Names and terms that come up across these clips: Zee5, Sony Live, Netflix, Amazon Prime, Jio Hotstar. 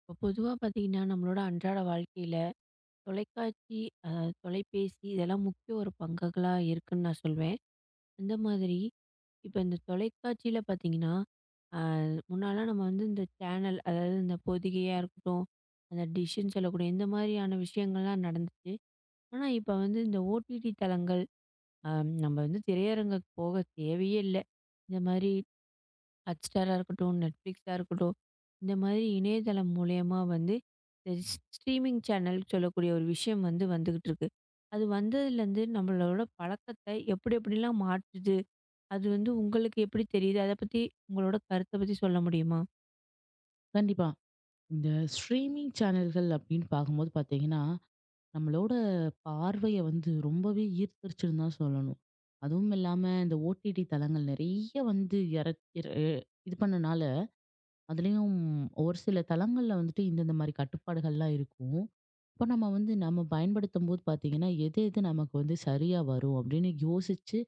இப்போ பொதுவாக பார்த்தீங்கன்னா நம்மளோட அன்றாட வாழ்க்கையில் தொலைக்காட்சி அதாவது தொலைபேசி இதெல்லாம் முக்கிய ஒரு பங்குகளாக இருக்குன்னு நான் சொல்வேன். அந்த மாதிரி இப்போ இந்த தொலைக்காட்சியில் பார்த்தீங்கன்னா முன்னாலாம் நம்ம வந்து இந்த சேனல் அதாவது இந்த பொதிகையாக இருக்கட்டும், அந்த டிஷ்ஷுன்னு சொல்லக்கூடிய இந்த மாதிரியான விஷயங்கள்லாம் நடந்துச்சு. ஆனால் இப்போ வந்து இந்த ஓடிடி தளங்கள், நம்ம வந்து திரையரங்குக்கு போக தேவையே இல்லை. இந்த மாதிரி Hotstarஆ இருக்கட்டும், Netflixஆ இருக்கட்டும். இந்த மாதிரி இணையதளம் மூலியமா வந்து இந்த ஸ்ட்ரீமிங் சேனல் சொல்லக்கூடிய ஒரு விஷயம் வந்து வந்துகிட்டு இருக்கு. அது வந்ததுலேருந்து நம்மளோட பழக்கத்த எப்படி எப்படிலாம் மாற்றுது? அது வந்து உங்களுக்கு எப்படி தெரியுது? அத பத்தி உங்களோட கருத்த பத்தி சொல்ல முடியுமா? கண்டிப்பா. இந்த ஸ்ட்ரீமிங் சேனல்கள் அப்படின்னு பார்க்கும்போது பார்த்தீங்கன்னா, நம்மளோட பார்வைய வந்து ரொம்பவே ஈர்த்துருச்சுன்னு தான் சொல்லணும். அதுவும் இல்லாம இந்த ஓடிடி தளங்கள் நெறைய வந்து எறக் இற இது பண்ணனால, அதுலயும் ஒரு சில தளங்கள்ல வந்துட்டு இந்தந்த மாரி கட்டுப்பாடுகள்லாம் இருக்கும். அப்ப நம்ம வந்து நம்ம பயன்படுத்தும்போது பார்த்தீங்கன்னா, எது எது நமக்கு வந்து சரியா வரும் அப்படின்னு யோசிச்சு,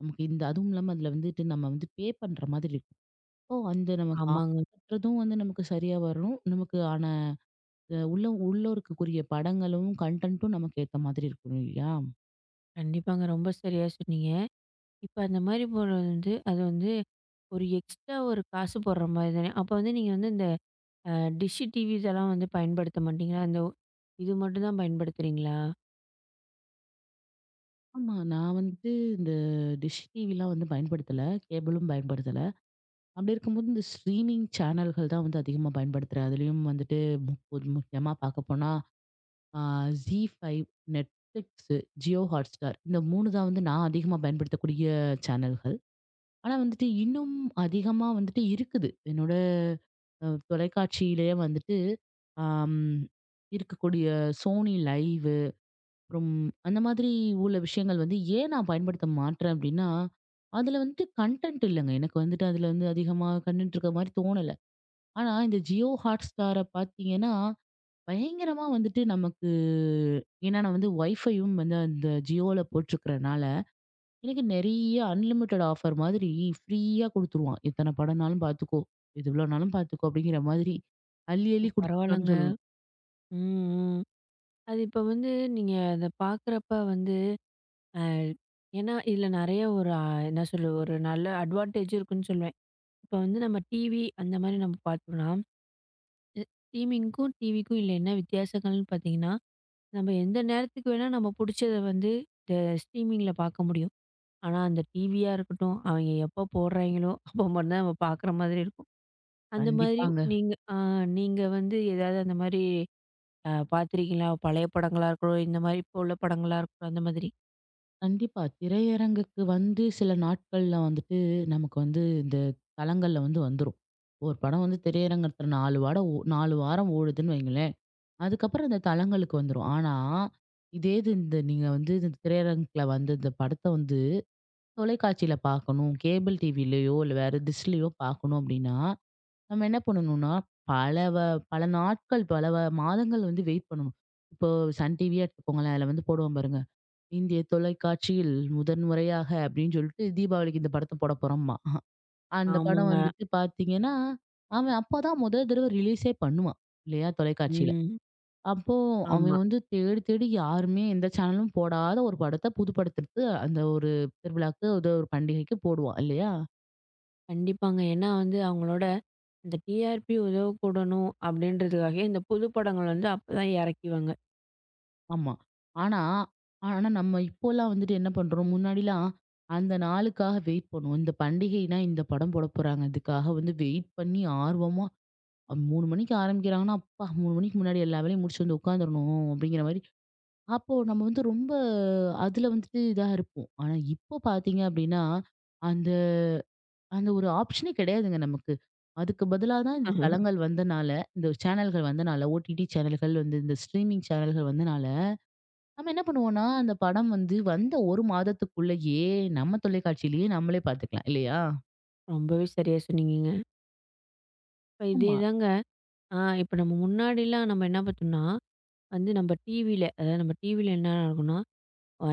நமக்கு இந்த அதுவும் இல்லாம அதில வந்துட்டு நம்ம வந்து பண்ற மாதிரி இருக்கும். அப்போ அந்த நமக்கு ஆமாங்க. கட்டுறதும் வந்து நமக்கு சரியா வரும். நமக்கு ஆன உள்ள உள்ளோருக்குரிய படங்களும், கன்டென்ட்டும் நமக்கு ஏத்த மாதிரி இருக்கும் இல்லையா? கண்டிப்பாங்க. ரொம்ப சரியா சொன்னீங்க. இப்ப அந்த மாரி போடுறது வந்து, அது வந்து ஒரு எக்ஸ்ட்ரா ஒரு காசு போடுற மாரி தானே. அப்ப வந்து நீங்க வந்து இந்த அ டிஷ் டிவி இதெல்லாம் வந்து பயன்படுத்த மாட்டீங்களா? இது மட்டும் தான் பயன்படுத்துறீங்களா? ஆமா. நான் வந்து இந்த டிஷ் டிவிலாம் வந்து பயன்படுத்தல. கேபிளும் பயன்படுத்தல. அப்படி இருக்கும்போது இந்த ஸ்ட்ரீமிங் சேனல்கள் தான் வந்து அதிகமா பயன்படுத்துறேன். அதுலயும் வந்துட்டு முக்கியமா பார்க்கப்போனா, ஆ Zee5, Netflix, Jio Hotstar இந்த 3 தான் வந்து நான் அதிகமா பயன்படுத்தக்கூடிய சேனல்கள். ஆனா வந்துட்டு இன்னும் அதிகமா வந்துட்டு இருக்குது. என்னோட தொலைக்காட்சியிலேயே வந்துட்டு, ஆம் இருக்கக்கூடிய Sony Live அப்புறம் அந்த மாதிரி உள்ள விஷயங்கள் வந்து ஏன் நான் பயன்படுத்த மாட்றேன் அப்டின்னா, அதுல வந்துட்டு கன்டென்ட் இல்லங்க. எனக்கு வந்துட்டு அதுல வந்து அதிகமா கன்டென்ட் இருக்க மாரி தோணல. ஆனா இந்த Jio Hotstarர பார்த்தீங்கன்னா, பயங்கரமா வந்துட்டு நமக்கு ஏன்னா நான் வந்து Wi-Fiயும் வந்து அந்த Jioல போட்டிருக்கிறனால எனக்கு நெறைய அன்லிமிட்டட் ஆஃபர் மாதிரி ஃப்ரீயா குடுத்துருவான். "இத்தன படம்னாலும் பார்த்துக்கோ. இது இவ்வளோனாலும் பார்த்துக்கோ" அப்படிங்கிற மாதிரி அள்ளி, ஓ! அள்ளி குடுத்துட்டான்னு பரவால்லங்க. சொல்லணும். ம், ம். அது இப்ப வந்து நீங்க அத பார்க்குறப்ப வந்து அ ஏன்னா, இதுல நெறைய ஒரு என்ன சொல்ல ஒரு நல்ல அட்வான்டேஜும் இருக்குன்னு சொல்லுவேன். இப்ப வந்து நம்ம டிவி அந்த மாரி நம்ம பார்த்தோம்னா, ஸ்ட்ரீமிங்க்கும், டிவிக்கும் இல்ல என்ன வித்தியாசங்கள்னு பார்த்தீங்கன்னா, நம்ம எந்த நேரத்துக்கு வேணா நம்ம புடிச்சத வந்து இந்த ஸ்ட்ரீமிங்ல பார்க்க முடியும். ஆனா, அந்த டிவியா இருக்கட்டும், அவங்க எப்போ போடுறாய்ங்களோ, அப்போ மட்டும் தான் நம்ம பார்க்குற மாதிரி இருக்கும். அந்த மாதிரி கண்டிப்பாங்க. நீங்க நீங்க வந்து ஏதாவது அந்த மாரி பார்த்துருக்கீங்களா? பழைய படங்களா இருக்கட்டும், இந்த மாரி இப்போ உள்ள படங்களா இருக்கட்டும், அந்த மாதிரி. கண்டிப்பா. திரையரங்குக்கு வந்து சில நாட்கள்ல வந்துட்டு நமக்கு வந்து இந்த தளங்கள்ல வந்து வந்துரும். ஒரு படம் வந்து திரையரங்கத்துல 4 வாடம் ஓ 4 வாரம் ஓடுதுன்னு வைங்களேன். அதுக்கப்புறம் இந்த தளங்களுக்கு வந்துரும். ஆனா, இதே இது இந்த நீங்க வந்து இந்த திரையரங்குல வந்து இந்த படத்த வந்து தொலைக்காட்சியில பார்க்கணும், கேபிள் டிவிலயோ இல்ல வேற டிஷ்லயோ பார்க்கணும் அப்படின்னா நம்ம என்ன பண்ணணும்னா, பல வ பல நாட்கள், பல வ மாதங்கள் வந்து வெயிட் பண்ணணும். இப்போ சன் டிவியே எடுத்துக்கோங்களேன். அதில வந்து போடுவான் பாருங்க. "இந்திய தொலைக்காட்சியில் முதன் முறையாக" அப்படின்னு சொல்லிட்டு தீபாவளிக்கு இந்த படத்த போட போறோம்மா. அந்த படம் ஆமாங்க. வந்துட்டு பார்த்தீங்கன்னா, அவன் அப்பதான் முதல் தடவ ரிலீஸே பண்ணுவான். இல்லையா? தொலைக்காட்சியில. ம். அப்போ ஆமா. அவன் வந்து தேடி தேடி யாருமே எந்த சேனலும் போடாத ஒரு படத்த புது படத்த எடுத்து அந்த ஒரு திருவிழாக்கு, ஏதோ ஒரு பண்டிகைக்கு போடுவான் இல்லையா? கண்டிப்பாங்க. ஏன்னா வந்து அவங்களோட இந்த டிஆர்பி உதவக்கூடணும் அப்படின்றதுக்காகவே இந்த புது படங்கள் வந்து அப்பதான் இறக்கிவாங்க. ஆமா. ஆனா, ஆனா நம்ம இப்போலாம் வந்துட்டு என்ன பண்றோம்? முன்னாடிலாம் அந்த நாளுக்காக வெயிட் பண்ணுவோம். இந்த பண்டிகைனா இந்த படம் போட போறாங்க. இதுக்காக வந்து வெயிட் பண்ணி ஆர்வமா 3 மணிக்கு ஆரம்பிக்கிறாங்கன்னா, அப்பா 3 மணிக்கு முன்னாடி எல்லா வேலையும் முடிச்சு வந்து உட்காந்துரணும் அப்படிங்கிற மாரி. அப்போ நம்ம வந்து ரொம்ப அதுல வந்துட்டு இதா இருப்போம். ஆனா இப்போ பார்த்தீங்க அப்படின்னா, அந்த அந்த ஒரு ஆப்ஷனே கிடையாதுங்க நமக்கு. அதுக்கு பதிலா தான் இந்த ஆஹா. தளங்கள் வந்தனால, இந்த சேனல்கள் வந்தனால, ஓடிடி சேனல்கள் வந்து இந்த ஸ்ட்ரீமிங் சேனல்கள் வந்தனால நம்ம என்ன பண்ணுவோம்னா, அந்த படம் வந்து வந்த 1 மாதத்துக்குள்ளயே நம்ம தொலைக்காட்சியிலேயே நம்மளே பார்த்துக்கலாம் இல்லையா? ரொம்பவே சரியா சொன்னீங்கங்க. இப்ப ஆமா. இதேதாங்க. இப்ப நம்ம முன்னாடிலாம் நம்ம என்ன பார்த்தோம்னா, வந்து நம்ம டிவில அதாவது நம்ம டிவில என்ன நடக்கும்னா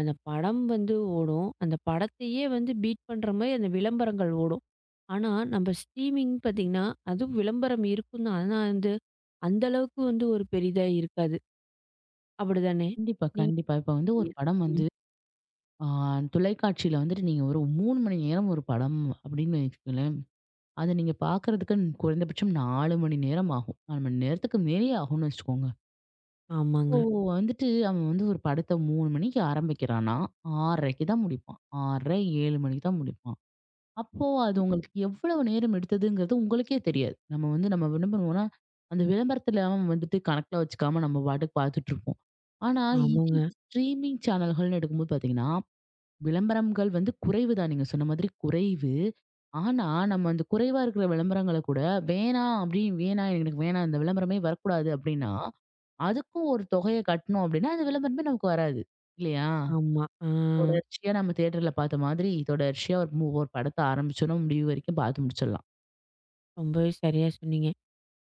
அந்த படம் வந்து ஓடும். அந்த படத்தையே வந்து பீட் பண்ற மாரி அந்த விளம்பரங்கள் ஓடும். ஆனா, நம்ம ஸ்ட்ரீமிங் பார்த்தீங்கன்னா, அதுவும் விளம்பரம் இருக்கும் தான். ஆனா வந்து, அந்த அளவுக்கு வந்து ஒரு பெரிதா இருக்காது. அப்படிதானே? கண்டிப்பா, நீங்க கண்டிப்பா. இப்ப வந்து ஒரு நினைக்கிறீங்க? படம் வந்து ம். ஆ தொலைக்காட்சியில வந்துட்டு நீங்க ஒரு 3 மணி நேரம் ஒரு படம் அப்படின்னு வச்சுக்கோங்களேன். அத நீங்க பார்க்கறதுக்கு குறைந்தபட்சம் 4 மணி நேரம் ஆகும். 4 மணி நேரத்துக்கு மேலேயே ஆகும்னு வச்சுக்கோங்க. ஆமாங்க. இப்போ வந்துட்டு அவன் வந்து ஒரு படத்த 3 மணிக்கு ஆரம்பிக்கிறான்னா, 6:30க்கு தான் முடிப்பான். 6:30, 7 மணிக்கு தான் முடிப்பான். அப்போ அது ம். உங்களுக்கு எவ்வளவு நேரம் எடுத்ததுங்கிறது உங்களுக்கே தெரியாது. நம்ம வந்து நம்ம என்ன பண்ணுவோம்னா, அந்த விளம்பரத்துல அவன் வந்துட்டு கணக்குல வச்சுக்காம நம்ம பாட்டுக்கு பார்த்துட்டு இருப்போம். ஆனா, இதே ஆமாங்க. இது ஸ்ட்ரீமிங் சேனல்கள்னு எடுக்கும்போது பார்த்தீங்கன்னா, விளம்பரங்கள் வந்து குறைவு தான். நீங்க சொன்ன மாதிரி குறைவு. ஆனா, நம்ம அந்த குறைவா இருக்கிற விளம்பரங்கள கூட வேணாம் அப்படின்னு வேணாம் எனக்கு வேணாம் இந்த விளம்பரமே வரக்கூடாது அப்படின்னா, அதுக்கும் ஒரு தொகைய கட்டணும் அப்படின்னா, அந்த விளம்பரமே நமக்கு வராது. இல்லையா? ஆமா. ஆ. தொடர்ச்சியா நம்ம தியேட்டர்ல பார்த்த மாதிரி, தொடர்ச்சியா ஒரு படத்த ஆரம்பிச்சோம்னா, முடிவு வரைக்கும் பார்த்து முடிச்சிடலாம். ரொம்பவே சரியா சொன்னீங்க.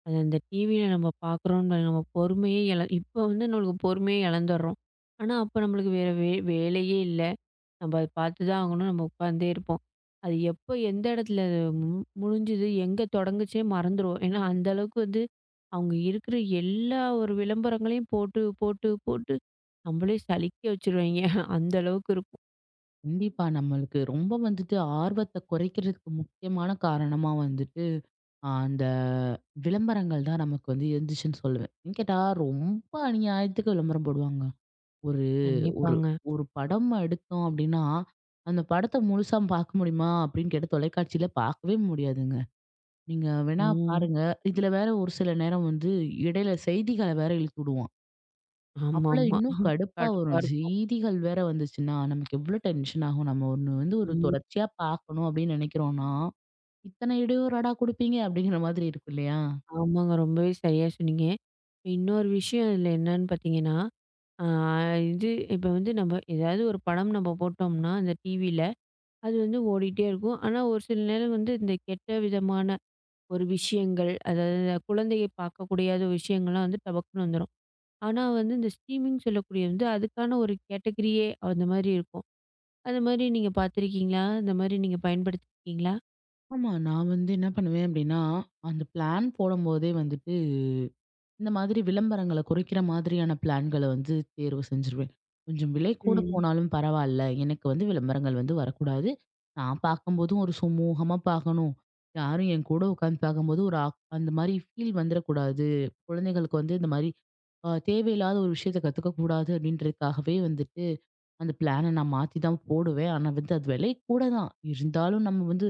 அது அந்த டிவியில நம்ம பார்க்குறோம்னு நம்ம பொறுமையே இப்போ வந்து நம்மளுக்கு பொறுமையே இழந்துடுறோம். ஆனா, அப்போ நம்மளுக்கு வேற வேலையே இல்ல. நம்ம அத பார்த்து தான் ஆகணும். நம்ம உட்காந்தே இருப்போம். அது எப்போ எந்த இடத்துல அது முடிஞ்சுது, எங்க தொடங்குச்சே மறந்துருவோம். ஏன்னா, அந்த அளவுக்கு வந்து அவங்க இருக்கிற எல்லா ஒரு விளம்பரங்களையும் போட்டு, போட்டு, போட்டு நம்மளே சலிக்க வச்சுருவாய்ங்க. அந்த அளவுக்கு இருக்கும். கண்டிப்பா நம்மளுக்கு ரொம்ப வந்துட்டு ஆர்வத்த குறைக்கிறதுக்கு முக்கியமான காரணமா வந்துட்டு, அந்த விளம்பரங்கள் தான் நமக்கு வந்து இருந்துச்சுன்னு சொல்லுவேன். ஏன்னு கேட்டா, ரொம்ப அநியாயத்துக்கு விளம்பரம் போடுவாங்க. ஒரு ஒரு கண்டிப்பாங்க. ஒரு படம் எடுத்தோம் அப்டின்னா, அந்த படத்த முழுசா பார்க்க முடியுமா? அப்டின்னு கேட்டா, தொலைக்காட்சியில பார்க்கவே முடியாதுங்க. நீங்க வேணா ம். பாருங்க. இதுல வேற ஒரு சில நேரம் வந்து இடையில செய்திகள வேற இழுத்து விடுவான். அப்போலாம் ஆமாமா. இன்னும் கடுப்பா கடுப்பா வரும். இருக்கும். செய்திகள் வேற வந்துச்சுன்னா, நமக்கு எவ்ளோ டென்ஷன் ஆகும். நம்ம ஒண்ணு வந்து ஒரு ம். தொடர்ச்சியா பார்க்கணும் அப்படின்னு நெனைக்கிறோம்னா, இத்தனை இடையூறாடா குடுப்பீங்க அப்படிங்கிற மாதிரி இருக்கும் இல்லையா? ஆமாங்க. ரொம்பவே சரியா சொன்னீங்க. இன்னொரு விஷயம் இதில என்னன்னு பார்த்தீங்கன்னா, ஆ இது இப்ப வந்து நம்ம ஏதாவது ஒரு படம் நம்ம போட்டோம்னா, அந்த டிவில அது வந்து ஓடிட்டே இருக்கும். ஆனா, ஒரு சில நேரம் வந்து இந்த கெட்ட விதமான ஒரு விஷயங்கள், அதாவது இந்த குழந்தையை பார்க்கக்கூடாத விஷயங்கள்லாம் வந்து டபக்குன்னு வந்துரும். ஆனா வந்து இந்த ஸ்ட்ரீமிங் சொல்லக்கூடிய வந்து அதுக்கான ஒரு கேட்டகரியே அந்த மாதிரி இருக்கும். அது மாதிரி நீங்க பார்த்துருக்கீங்களா? அந்த மாதிரி நீங்க பயன்படுத்தியிருக்கீங்களா? ஆமா. நான் வந்து என்ன பண்ணுவேன் அப்படின்னா, அந்த பிளான் போடும்போதே வந்து இந்த மாதிரி விளம்பரங்கள குறைக்கிற மாதிரியான பிளான்கள வந்து தேர்வு செஞ்சுருவேன். கொஞ்சம் விலை கூட ம். போனாலும் பரவால்ல. எனக்கு வந்து விளம்பரங்கள் வந்து வரக்கூடாது. நான் பார்க்கும்போதும் ஒரு சுமூகமா பார்க்கணும். யாரும் என் கூட உட்காந்து பார்க்கும்போது ஒரு ஆக் அந்த மாரி ஃபீல் வந்துறக்கூடாது. குழந்தைகளுக்கு வந்து இந்த மாரி தேவையில்லாத ஒரு விஷயத்த கத்துக்கக்கூடாது அப்படின்றதுக்காகவே வந்துட்டு, அந்த பிளான நான் மாத்தி தான் போடுவேன். ஆனா வந்து அது விலை கூட தான். இருந்தாலும் நம்ம வந்து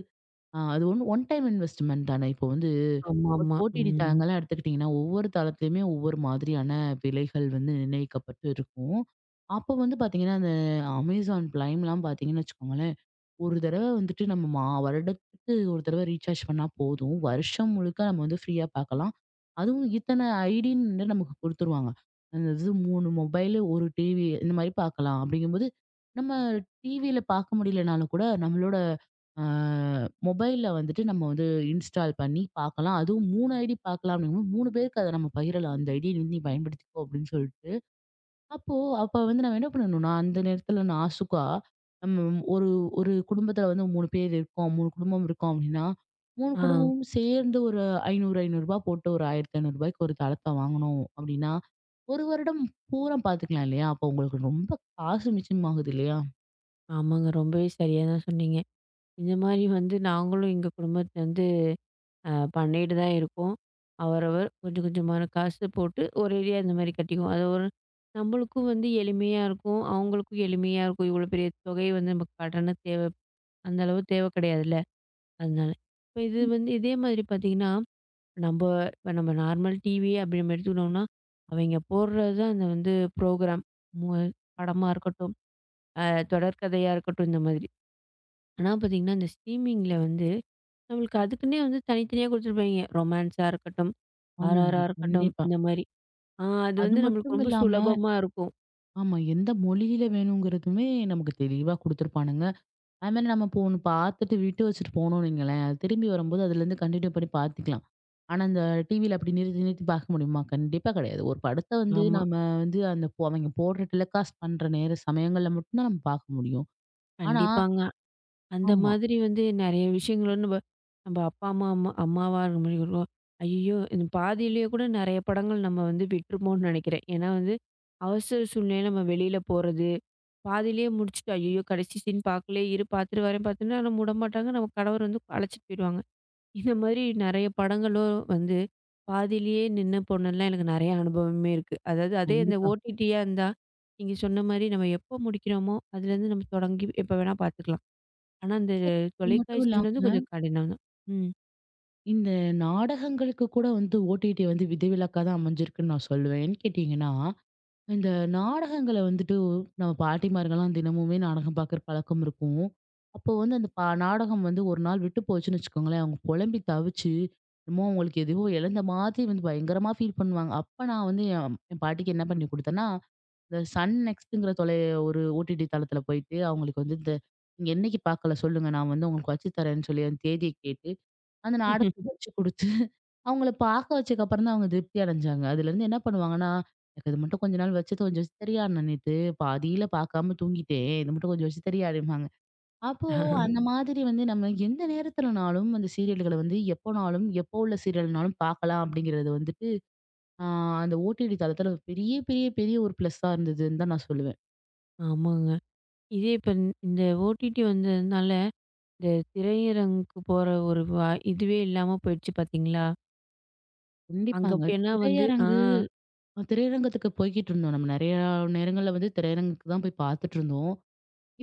ஆ அது ஒண்ணு ஒன் டைம் இன்வெஸ்ட்மென்ட் தானே. இப்போ வந்து ஒரு ஆமாமா. ஓடிடி ம். தளங்கள்லாம் எடுத்துக்கிட்டீங்கன்னா, ஒவ்வொரு தளத்துலயுமே ஒவ்வொரு மாதிரியான விலைகள் வந்து நிர்ணயிக்கப்பட்டு இருக்கும். அப்போ வந்து பார்த்தீங்கன்னா, அந்த Amazon Primeலாம் பார்த்தீங்கன்னு வச்சுக்கோங்களேன் ஒரு தடவ வந்துட்டு நம்ம மா வருடத்துக்கு ஒரு தடவ ரீசார்ஜ் பண்ணா போதும். வருஷம் முழுக்க நம்ம வந்து ஃப்ரீயா பார்க்கலாம். அதுவும் இத்தன ஐடின்னு நமக்கு குடுத்துருவாங்க. அந்த இது 3 மொபைலு, 1 டிவி இந்த மாரி பார்க்கலாம். அப்படிங்கும்போது, நம்ம டிவியில பார்க்க முடியலனாலும் கூட நம்மளோட அ மொபைல்ல வந்துட்டு நம்ம வந்து இன்ஸ்டால் பண்ணி பார்க்கலாம். அதுவும் 3 ஐடி பார்க்கலாம் அப்படிங்கும்போது 3 பேருக்கு அத நம்ம பகிரலாம். அந்த ஐடிய வந்து நீ பயன்படுத்திக்கோ அப்படின்னு சொல்லிட்டு. அப்போ அப்ப வந்து நம்ம என்ன பண்ணணும்னா, அந்த நேரத்துல நாசூக்கா நம்ம ஒரு ஒரு குடும்பத்துல வந்து 3 பேர் இருக்கோம். 3 குடும்பம் இருக்கோம் அப்படின்னா, 3 ஆ. குடும்பமும் சேர்ந்து ஒரு ரூ. 500, ரூ. 500 போட்டு ஒரு ரூ. 1500க்கு ஒரு தளத்த வாங்கினோம் அப்படின்னா, 1 வருடம் பூரா பார்த்துக்கலாம் இல்லையா? அப்போ உங்களுக்கு ரொம்ப காசு மிச்சமாகுது இல்லையா? ஆமாங்க. ரொம்பவே சரியா தான் சொன்னீங்க. இந்த மாரி வந்து நாங்களும் எங்க குடும்பத்தில வந்து அ பண்ணிட்டு தான் இருக்கோம். அவரவர் கொஞ்சம் கொஞ்சமான காசு போட்டு ஒரேடியா இந்த மாரி கட்டிக்குவோம். அது ஒரு நம்மளுக்கும் வந்து எளிமையா இருக்கும். அவங்களுக்கும் எளிமையா இருக்கும். இவ்வளோ பெரிய தொகை வந்து நமக்கு கடன தேவை அந்த அளவு தேவை கிடையாதுல்ல. அதனால. இப்ப இது வந்து இதே மாதிரி பார்த்தீங்கன்னா, நம்ப இப்ப நம்ம நார்மல் டிவி அப்படி நம்ம எடுத்துக்கிட்டோம்னா, அவைங்க போடுறது தான் அந்த வந்து ப்ரோகிராம். மு படமா இருக்கட்டும், அ தொடர்கதையா இருக்கட்டும் இந்த மாதிரி. ஆனா பார்த்தீங்கன்னா, இந்த ஸ்ட்ரீமிங்ல வந்து நம்மளுக்கு அதுக்குன்னே வந்து தனித்தனியா குடுத்துருப்பாய்ங்க. ரொமான்ஸா இருக்கட்டும், ஆமாங்க. ஆர்ஆர்ஆர் இருக்கட்டும், கண்டிப்பா. இந்த மாரி. ஆ அது அது வந்து நம்மளுக்கு மட்டும் ரொம்ப இல்லாம சுலபமா இருக்கும். ஆமா எந்த மொழியில வேணுங்கிறதுமே நமக்கு தெளிவா குடுத்துருப்பானுங்க. அது மாரி நம்ம இப்போ ஒண்ணு பார்த்துட்டு விட்டு வச்சுட்டு போனோம்னு வைங்களேன், அது திரும்பி வரும்போது அதுலேருந்து கன்டின்யூ பண்ணி பார்த்துக்கலாம். ஆனா அந்த டிவியில அப்படி நிறுத்தி நிறுத்தி பார்க்க முடியுமா? கண்டிப்பா கிடையாது. ஒரு படத்த வந்து ஆமா, நம்ம வந்து அந்த போ அவங்க போடுற டெலிகாஸ்ட் பண்ற நேர சமயங்கள்ல மட்டும் தான் நம்ம பார்க்க முடியும். ஆனா கண்டிப்பாங்க. அந்த ஆமா. மாதிரி வந்து நெறைய விஷயங்கள் வந்து நம்ப நம்ப அப்பா, அம்மா அம்மா அம்மாவா இருக்க முடியும். ஐயய்யோ! இந்த பாதியிலேயே கூட நெறைய படங்கள் நம்ம வந்து விட்டுருப்போம்ன்னு நெனைக்கிறேன். ஏன்னா வந்து, அவசர சூழ்நிலையில நம்ம வெளியில போறது, பாதியிலேயே முடிச்சுட்டு, ஐயய்யோ! கடைசி சீன் பார்க்கலயே, இரு, பார்த்துட்டு வரேன், பார்த்துன்னா, ஆனா விடமாட்டாங்க. நம்ம கணவர் வந்து அழைச்சிட்டு போயிருவாங்க. இந்த மாதிரி நெறைய படங்களும் வந்து பாதியிலேயே நின்னு போனதுலாம் எனக்கு நெறைய அனுபவமே இருக்கு. அதாவது அதே இந்த கண்டிப்பா. ஓடிடியா இருந்தா, நீங்க சொன்ன மாரி நம்ம எப்போ முடிக்கிறோமோ, அதுலேருந்து நம்ம தொடங்கி எப்ப வேணா பார்த்துக்கலாம். ஆனா இந்த சரி. இது மட்டும் தொலைக்காட்சின்றது இல்லாம கொஞ்சம் கடினம் தான். ம். இந்த நாடகங்களுக்கு கூட வந்து ஓடிடி வந்து விதிவிலக்கா தான் அமைஞ்சிருக்குன்னு நான் சொல்லுவேன். ஏன்னு கேட்டீங்கன்னா இந்த நாடகங்கள வந்துட்டு நம்ம பாட்டிமார்கள்லாம் தினமுமே நாடகம் பார்க்குற பழக்கம் இருக்கும். அப்போ வந்து அந்த நாடகம் வந்து ஒரு நாள் விட்டு போச்சுன்னு வச்சுக்கோங்களேன், அவங்க புலம்பி தவிச்சு, என்னமோ அவங்களுக்கு எதையோ இழந்த மாதிரி வந்து பயங்கரமா ஃபீல் பண்ணுவாங்க. அப்ப நான் வந்து என் என் பாட்டிக்கு என்ன பண்ணி குடுத்தேன்னா, இந்த சன் நெக்ஸ்ட்ங்கிற தொலை ஒரு ஓடிடி தளத்தில போயிட்டு அவங்களுக்கு வந்து இந்த "நீங்க என்னைக்கு பார்க்கல சொல்லுங்க, நான் வந்து உங்களுக்கு வச்சு தரேன்னு" சொல்லி அந்த தேதிய கேட்டு, அந்த நாடகத்த வச்சு குடுத்து அவங்கள பார்க்க வச்சதுக்கப்புறம் தான் அவங்க திருப்தி அடைஞ்சாங்க. அதுலேருந்து என்ன பண்ணுவாங்கன்னா, "எனக்கு இது மட்டும் கொஞ்ச நாள் வச்சு கொஞ்சம் வச்சு தரியா? நான் நேத்து பாதியில பார்க்காம தூங்கிட்டேன். இது மட்டும் கொஞ்சம் வச்சு தரியா?" அப்படிம்பாங்க. அப்போ ஆஹா, அந்த மாதிரி வந்து நம்ம எந்த நேரத்துலனாலும் அந்த சீரியல்கள வந்து எப்போனாலும், எப்போ உள்ள சீரியல்னாலும் பார்க்கலாம் அப்படிங்கிறது வந்துட்டு, ஆ அந்த ஓடிடி தளத்தில பெரிய, பெரிய, பெரிய ஒரு ப்ளஸ்ஸா இருந்ததுன்னு தான் நான் சொல்லுவேன். ஆமாங்க. இதே இப்ப இந்த இந்த ஓடிடி வந்ததுனால, இந்த திரையரங்குக்கு போற ஒரு வா இதுவே இல்லாம போயிடுச்சு பார்த்தீங்களா? கண்டிப்பாங்க. ஏன்னா வந்து திரையரங்கு திரையரங்கத்துக்கு போய்க்கிட்டு இருந்தோம். நம்ம நெறையா நேரங்கள்ல வந்து திரையரங்குக்கு தான் போய் பார்த்துட்டு இருந்தோம்.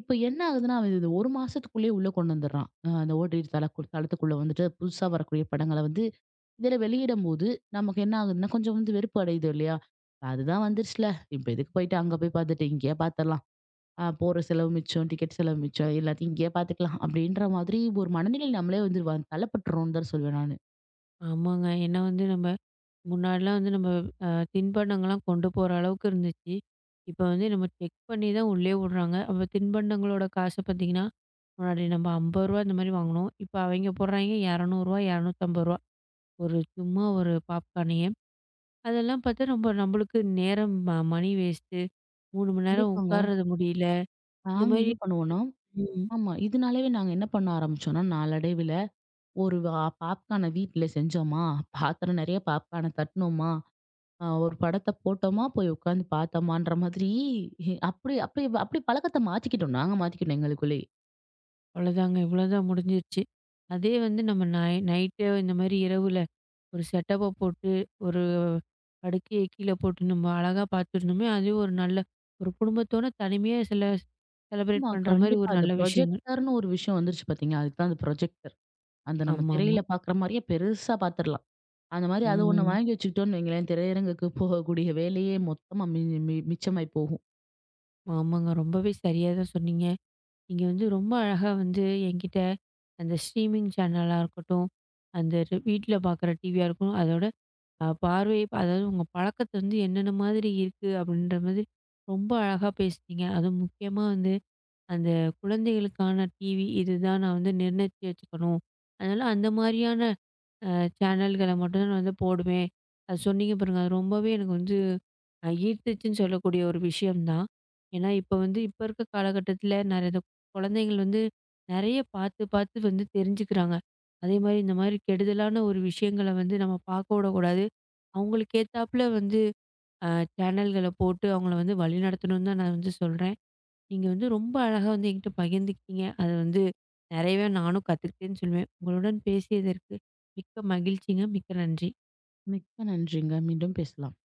இப்ப என்ன ஆகுதுன்னா, அவன் இது 1 மாசத்துக்குள்ளேயே உள்ள கொண்டு வந்துடுறான். அ அந்த ஓடிடி தளத்துக்குள்ள வந்துட்டு புதுசா வரக்கூடிய படங்கள வந்து இதில வெளியிடும்போது, நமக்கு என்ன ஆகுதுன்னா, கொஞ்சம் வந்து வெறுப்பு அடையுது இல்லையா? அதுதான் வந்துருச்சுல. இப்ப எதுக்கு போயிட்டு அங்க போய் பார்த்துட்டு இங்கேயே பார்த்துடலாம். போற செலவு மிச்சம், டிக்கெட் செலவு மிச்சம் எல்லாத்தையும் இங்கேயே பார்த்துக்கலாம். அப்படின்ற மாதிரி ஒரு மனநிலை நம்மளே வந்து வ தள்ளப்பட்டுறோம்னு தான் சொல்வேன் நானு. ஆமாங்க. ஏன்னா வந்து நம்ம முன்னாடிலாம் வந்து நம்ம அ தின்பண்டங்கள்லாம் கொண்டு போற அளவுக்கு இருந்துச்சு. இப்ப வந்து நம்ம செக் பண்ணி தான் உள்ளே விடுறாங்க. அப்ப தின்பண்டங்களோட காசு பார்த்தீங்கன்னா, முன்னாடி நம்ம ரூ. 50 இந்த மாரி வாங்குனோம். இப்ப அவைங்க போடுறாய்ங்க ரூ. 200, ரூ. 250 ஒரு சும்மா ஒரு பாப்கார்னயே. அதெல்லாம் பார்த்தா நம்மளுக்கு நேரம் மணி வேஸ்ட்டு. 3 மணி நேரம் கண்டிப்பாங்க. உட்கார்றது முடியல. இந்த நாங்க மாரி என்ன பண்ணுவோம்னா ம். ஆமா. இதனாலவே நாங்க என்ன பண்ண ஆரம்பிச்சோம்னா, நாளடைவில ஒரு பாப்கார்ன வீட்ல செஞ்சோமா, பாத்திரம் நெறைய பாப்கார்ன தட்டினோமா ஒரு படத்த போட்டோமா, போய் உட்காந்து பார்த்தோமான்ற மாதிரி அப்படி அப்படி அப்படி பழக்கத்த மாத்திக்கிட்டோம். நாங்க மாத்திக்கிட்டோம் எங்களுக்குள்ளேயே. அவ்வளோதாங்க. இவ்வளோதான் முடிஞ்சிருச்சு. அதே வந்து நம்ம நைட்டு இந்த மாரி இரவுல ஒரு செட்டப்ப போட்டு, ஒரு படுக்கைய கீழ போட்டு நம்ம அழகா பார்த்துருந்தோமே, அதுவே ஒரு நல்ல ஒரு குடும்பத்தோட தனிமையா சில ஆமா, செலப்ரேட் பண்ற மாரி கண்டிப்பா. ஒரு அந்த நல்ல விஷயங்கள். ப்ரொஜெக்டர்ன்னு ஒரு விஷயம் வந்துருச்சு பார்த்தீங்களா? அதுக்கு தான் அந்த ப்ரொஜெக்டர். அந்த நம்ம ஆமாமா. திரையில பார்க்குற மாரியே பெருசா பார்த்துரலாம். அந்த மாரி அது ஒண்ணு ம். வாங்கி வச்சுக்கிட்டோம்னு வைங்களேன், திரையரங்குக்கு போகக்கூடிய வேலையே மொத்தமா மி மி மிச்சமாய் போகும். ஆமாங்க. ரொம்பவே சரியா தான் சொன்னீங்க. நீங்க வந்து ரொம்ப அழகா வந்து என்கிட்ட அந்த ஸ்ட்ரீமிங் சேனலா இருக்கட்டும், அந்த வீட்ல பார்க்குற டிவியா இருக்கும், அதோட பார்வை அதாவது உங்க பழக்கத்த வந்து என்னென்ன மாதிரி இருக்கு? அப்படின்ற மாதிரி ரொம்ப அழகா பேசுனீங்க. அதுவும் முக்கியமா வந்து அந்த குழந்தைகளுக்கான டிவி இதுதான் நான் வந்து நிர்ணயிச்சு வச்சுக்கணும். அதனால அந்த மாரியான அ சேனல்கள மட்டும் தான் நான் வந்து போடுவேன். அது சொன்னீங்க பாருங்க. அது ரொம்பவே எனக்கு வந்து ஈர்த்துச்சுன்னு சொல்லக்கூடிய ஒரு விஷயம் தான். ஏன்னா, இப்ப இருக்க காலகட்டத்தில நெறைய இந்த குழந்தைகள் வந்து நெறைய பார்த்து, பார்த்து வந்து தெரிஞ்சுக்கிறாங்க. அதே மாரி இந்த மாரி கெடுதலான ஒரு விஷயங்கள வந்து நம்ம பார்க்க விடக்கூடாது. அவங்களுக்கு ஏத்தாப்புல வந்து அ சேனல்கள போட்டு அவங்கள வந்து வழிநடத்தணும்னு தான் நான் வந்து சொல்றேன். நீங்க வந்து ரொம்ப அழகா வந்து என்கிட்ட பகிர்ந்துக்கிட்டீங்க. அது வந்து நிறையவே நானும் கத்துக்கிட்டேன்னு சொல்லுவேன். உங்களுடன் பேசியதற்கு மிக்க மகிழ்ச்சிங்க. மிக்க நன்றி. மிக்க நன்றிங்க. மீண்டும் பேசலாம்.